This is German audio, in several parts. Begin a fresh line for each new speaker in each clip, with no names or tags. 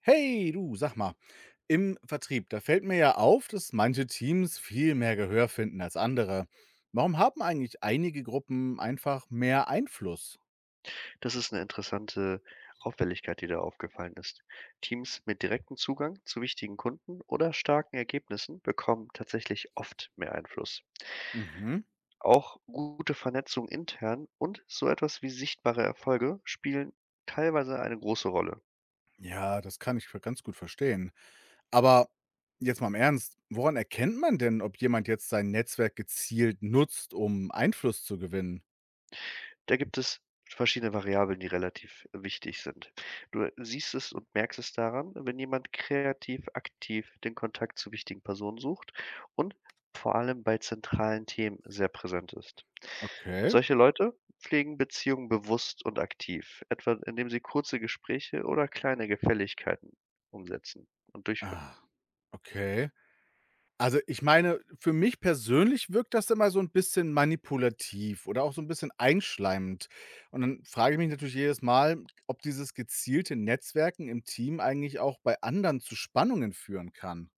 Hey, du, sag mal, im Vertrieb, da fällt mir ja auf, dass manche Teams viel mehr Gehör finden als andere. Warum haben eigentlich einige Gruppen einfach mehr Einfluss?
Das ist eine interessante Auffälligkeit, die da aufgefallen ist. Teams mit direktem Zugang zu wichtigen Kunden oder starken Ergebnissen bekommen tatsächlich oft mehr Einfluss.
Mhm.
Auch gute Vernetzung intern und so etwas wie sichtbare Erfolge spielen teilweise eine große Rolle.
Ja, das kann ich ganz gut verstehen. Aber jetzt mal im Ernst, woran erkennt man denn, ob jemand jetzt sein Netzwerk gezielt nutzt, um Einfluss zu gewinnen?
Da gibt es verschiedene Variablen, die relativ wichtig sind. Du siehst es und merkst es daran, wenn jemand kreativ aktiv den Kontakt zu wichtigen Personen sucht und vor allem bei zentralen Themen sehr präsent ist.
Okay.
Solche Leute pflegen Beziehungen bewusst und aktiv, etwa indem sie kurze Gespräche oder kleine Gefälligkeiten umsetzen und durchführen.
Ah, okay. Also, ich meine, für mich persönlich wirkt das immer so ein bisschen manipulativ oder auch so ein bisschen einschleimend. Und dann frage ich mich natürlich jedes Mal, ob dieses gezielte Netzwerken im Team eigentlich auch bei anderen zu Spannungen führen kann.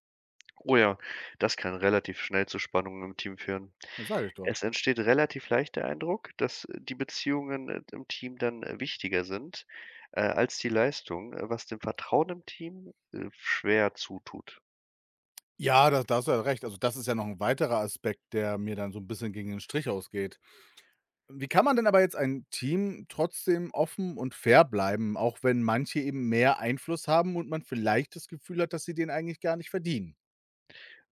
Oh ja, das kann relativ schnell zu Spannungen im Team führen.
Ja, sage ich doch.
Es entsteht relativ leicht der Eindruck, dass die Beziehungen, im Team dann wichtiger sind, als die Leistung, was dem Vertrauen im Team schwer zutut.
Ja, da hast du ja recht. Also, das ist ja noch ein weiterer Aspekt, der mir dann so ein bisschen gegen den Strich ausgeht. Wie kann man denn aber jetzt ein Team trotzdem offen und fair bleiben, auch wenn manche eben mehr Einfluss haben und man vielleicht das Gefühl hat, dass sie den eigentlich gar nicht verdienen?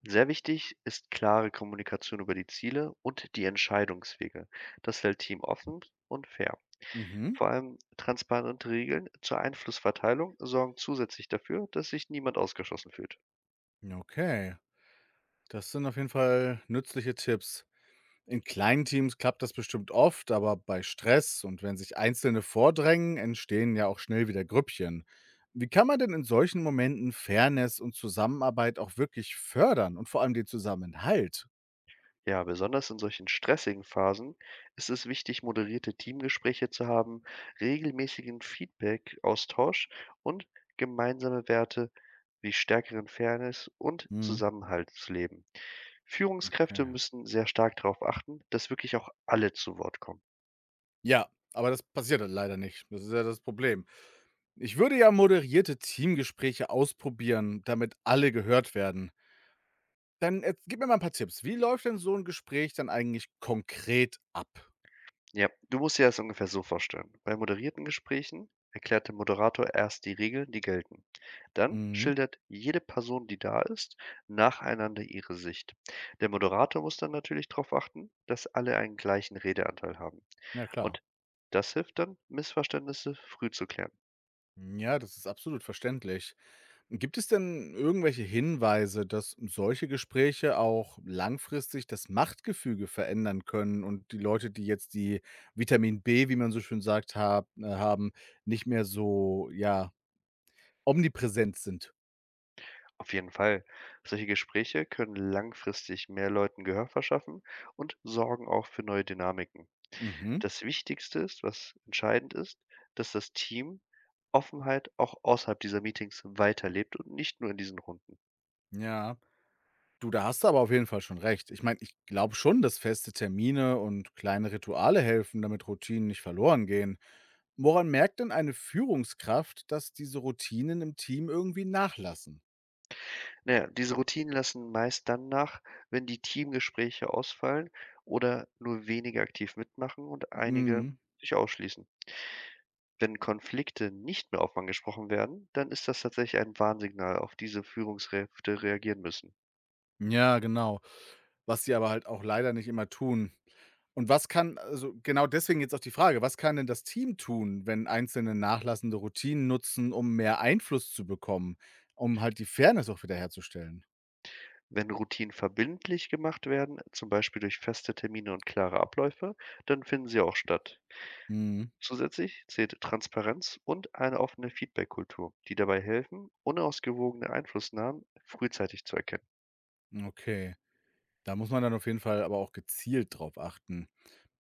Sehr wichtig ist klare Kommunikation über die Ziele und die Entscheidungswege. Das hält Team offen und fair.
Mhm.
Vor allem transparente Regeln zur Einflussverteilung sorgen zusätzlich dafür, dass sich niemand ausgeschlossen fühlt.
Okay, das sind auf jeden Fall nützliche Tipps. In kleinen Teams klappt das bestimmt oft, aber bei Stress und wenn sich Einzelne vordrängen, entstehen ja auch schnell wieder Grüppchen. Wie kann man denn in solchen Momenten Fairness und Zusammenarbeit auch wirklich fördern und vor allem den Zusammenhalt?
Ja, besonders in solchen stressigen Phasen ist es wichtig, moderierte Teamgespräche zu haben, regelmäßigen Feedback-Austausch und gemeinsame Werte wie stärkeren Fairness und
Mhm.
Zusammenhalt zu leben.
Okay.
Führungskräfte müssen sehr stark darauf achten, dass wirklich auch alle zu Wort kommen.
Ja, aber das passiert halt leider nicht. Das ist ja das Problem. Ich würde ja moderierte Teamgespräche ausprobieren, damit alle gehört werden. Dann erz gib mir mal ein paar Tipps. Wie läuft denn so 'n Gespräch dann eigentlich konkret ab?
Ja, du musst dir das ungefähr so vorstellen. Bei moderierten Gesprächen erklärt der Moderator erst die Regeln, die gelten. Dann
Mhm.
schildert jede Person, die da ist, nacheinander ihre Sicht. Der Moderator muss dann natürlich darauf achten, dass alle einen gleichen Redeanteil haben.
Ja klar.
Und das hilft dann, Missverständnisse früh zu klären.
Ja, das ist absolut verständlich. Gibt es denn irgendwelche Hinweise, dass solche Gespräche auch langfristig das Machtgefüge verändern können und die Leute, die jetzt die Vitamin B, wie man so schön sagt, haben, nicht mehr so, ja, omnipräsent sind?
Auf jeden Fall. Solche Gespräche können langfristig mehr Leuten Gehör verschaffen und sorgen auch für neue Dynamiken.
Mhm.
Das Wichtigste ist, was entscheidend ist, dass das Team Offenheit auch außerhalb dieser Meetings weiterlebt und nicht nur in diesen Runden.
Ja. Du, da hast du aber auf jeden Fall schon recht. Ich meine, ich glaube schon, dass feste Termine und kleine Rituale helfen, damit Routinen nicht verloren gehen. Woran merkt denn eine Führungskraft, dass diese Routinen im Team irgendwie nachlassen?
Naja, diese Routinen lassen meist dann nach, wenn die Teamgespräche ausfallen oder nur wenige aktiv mitmachen und einige
Mhm.
sich ausschließen. Wenn Konflikte nicht mehr offen angesprochen werden, dann ist das tatsächlich ein Warnsignal, auf diese Führungskräfte reagieren müssen.
Ja, genau. Was sie aber halt auch leider nicht immer tun. Und was kann, also genau deswegen jetzt auch die Frage, was kann denn das Team tun, wenn einzelne nachlassende Routinen nutzen, um mehr Einfluss zu bekommen, um halt die Fairness auch wiederherzustellen?
Wenn Routinen verbindlich gemacht werden, zum Beispiel durch feste Termine und klare Abläufe, dann finden sie auch statt.
Mhm.
Zusätzlich zählt Transparenz und eine offene Feedback-Kultur, die dabei helfen, unausgewogene Einflussnahmen frühzeitig zu erkennen.
Okay. Da muss man dann auf jeden Fall aber auch gezielt drauf achten.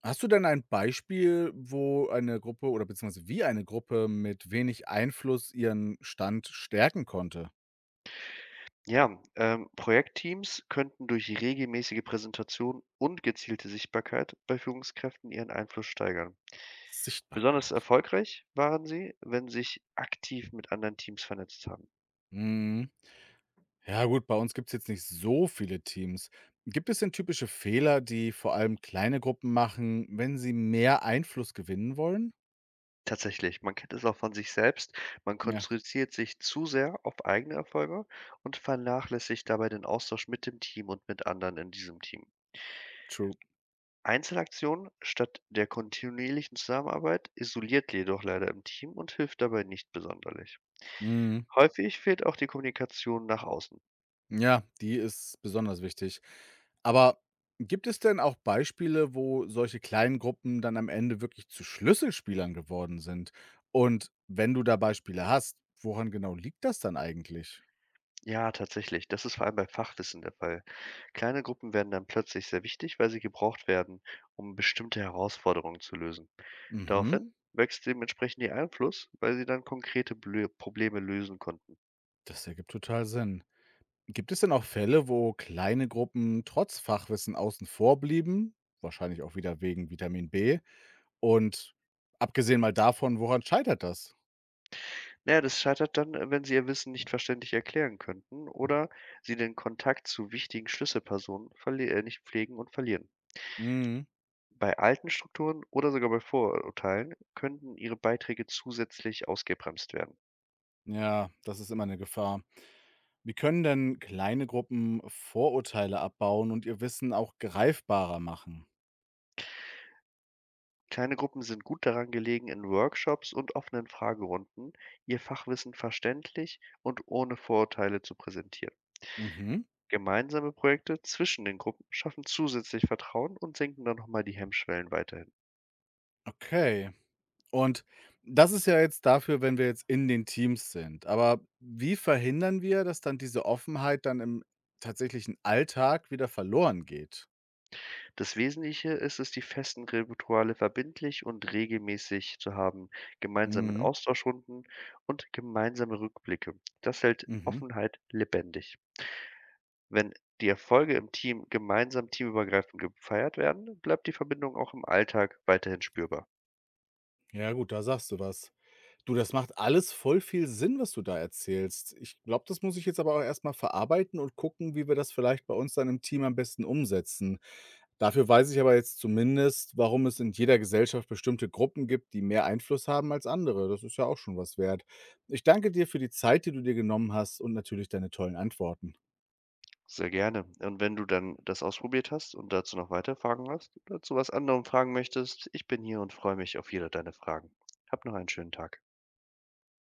Hast du denn ein Beispiel, wo eine Gruppe oder beziehungsweise wie eine Gruppe mit wenig Einfluss ihren Stand stärken konnte?
Ja, Projektteams könnten durch regelmäßige Präsentation und gezielte Sichtbarkeit bei Führungskräften ihren Einfluss steigern. Besonders
Sichtbarkeit.
erfolgreich waren sie, wenn sie sich aktiv mit anderen Teams vernetzt haben.
Mhm. Ja gut, bei uns gibt's jetzt nicht so viele Teams. Gibt es denn typische Fehler, die vor allem kleine Gruppen machen, wenn sie mehr Einfluss gewinnen wollen?
Tatsächlich, man kennt es auch von sich selbst. Man
Ja,
konzentriert sich zu sehr auf eigene Erfolge und vernachlässigt dabei den Austausch mit dem Team und mit anderen in diesem Team.
true.
Einzelaktionen statt der kontinuierlichen Zusammenarbeit isoliert jedoch leider im Team und hilft dabei nicht besonderlich.
Mhm.
Häufig fehlt auch die Kommunikation nach außen.
Ja, die ist besonders wichtig. Aber gibt es denn auch Beispiele, wo solche kleinen Gruppen dann am Ende wirklich zu Schlüsselspielern geworden sind? Und wenn du da Beispiele hast, woran genau liegt das dann eigentlich?
Ja, tatsächlich, das ist vor allem bei Fachwissen der Fall. Kleine Gruppen werden dann plötzlich sehr wichtig, weil sie gebraucht werden, um bestimmte Herausforderungen zu lösen.
Mhm,
Daraufhin wächst dementsprechend ihr Einfluss, weil sie dann konkrete Blö Probleme lösen konnten.
das ergibt total Sinn. Gibt es denn auch Fälle, wo kleine Gruppen trotz Fachwissen außen vor blieben? Wahrscheinlich auch wieder wegen Vitamin B. Und abgesehen mal davon, woran scheitert das?
Naja, das scheitert dann, wenn sie ihr Wissen nicht verständlich erklären könnten oder sie den Kontakt zu wichtigen Schlüsselpersonen verli nicht pflegen und verlieren.
Mhm.
Bei alten Strukturen oder sogar bei Vorurteilen könnten ihre Beiträge zusätzlich ausgebremst werden.
Ja, das ist immer eine Gefahr. Wie können denn kleine Gruppen Vorurteile abbauen und ihr Wissen auch greifbarer machen?
Kleine Gruppen sind gut daran gelegen, in Workshops und offenen Fragerunden ihr Fachwissen verständlich und ohne Vorurteile zu präsentieren.
Mhm.
Gemeinsame Projekte zwischen den Gruppen schaffen zusätzlich Vertrauen und senken dann nochmal die Hemmschwellen weiterhin.
Okay. Und das ist ja jetzt dafür, wenn wir jetzt in den Teams sind. Aber wie verhindern wir, dass dann diese Offenheit dann im tatsächlichen Alltag wieder verloren geht?
Das Wesentliche ist es, die festen Rituale verbindlich und regelmäßig zu haben, gemeinsamen
Mhm.
Austauschrunden und gemeinsame Rückblicke. Das hält
Mhm.
Offenheit lebendig. Wenn die Erfolge im Team gemeinsam teamübergreifend gefeiert werden, bleibt die Verbindung auch im Alltag weiterhin spürbar.
Ja, gut, da sagst du was. Du, das macht alles voll viel Sinn, was du da erzählst. Ich glaube, das muss ich jetzt aber auch erst mal verarbeiten und gucken, wie wir das vielleicht bei uns dann im Team am besten umsetzen. Dafür weiß ich aber jetzt zumindest, warum es in jeder Gesellschaft bestimmte Gruppen gibt, die mehr Einfluss haben als andere. Das ist ja auch schon was wert. Ich danke dir für die Zeit, die du dir genommen hast und natürlich deine tollen Antworten.
Sehr gerne. Und wenn du dann das ausprobiert hast und dazu noch weitere Fragen hast oder zu was anderem fragen möchtest, ich bin hier und freue mich auf jede deine Fragen. Hab noch einen schönen Tag.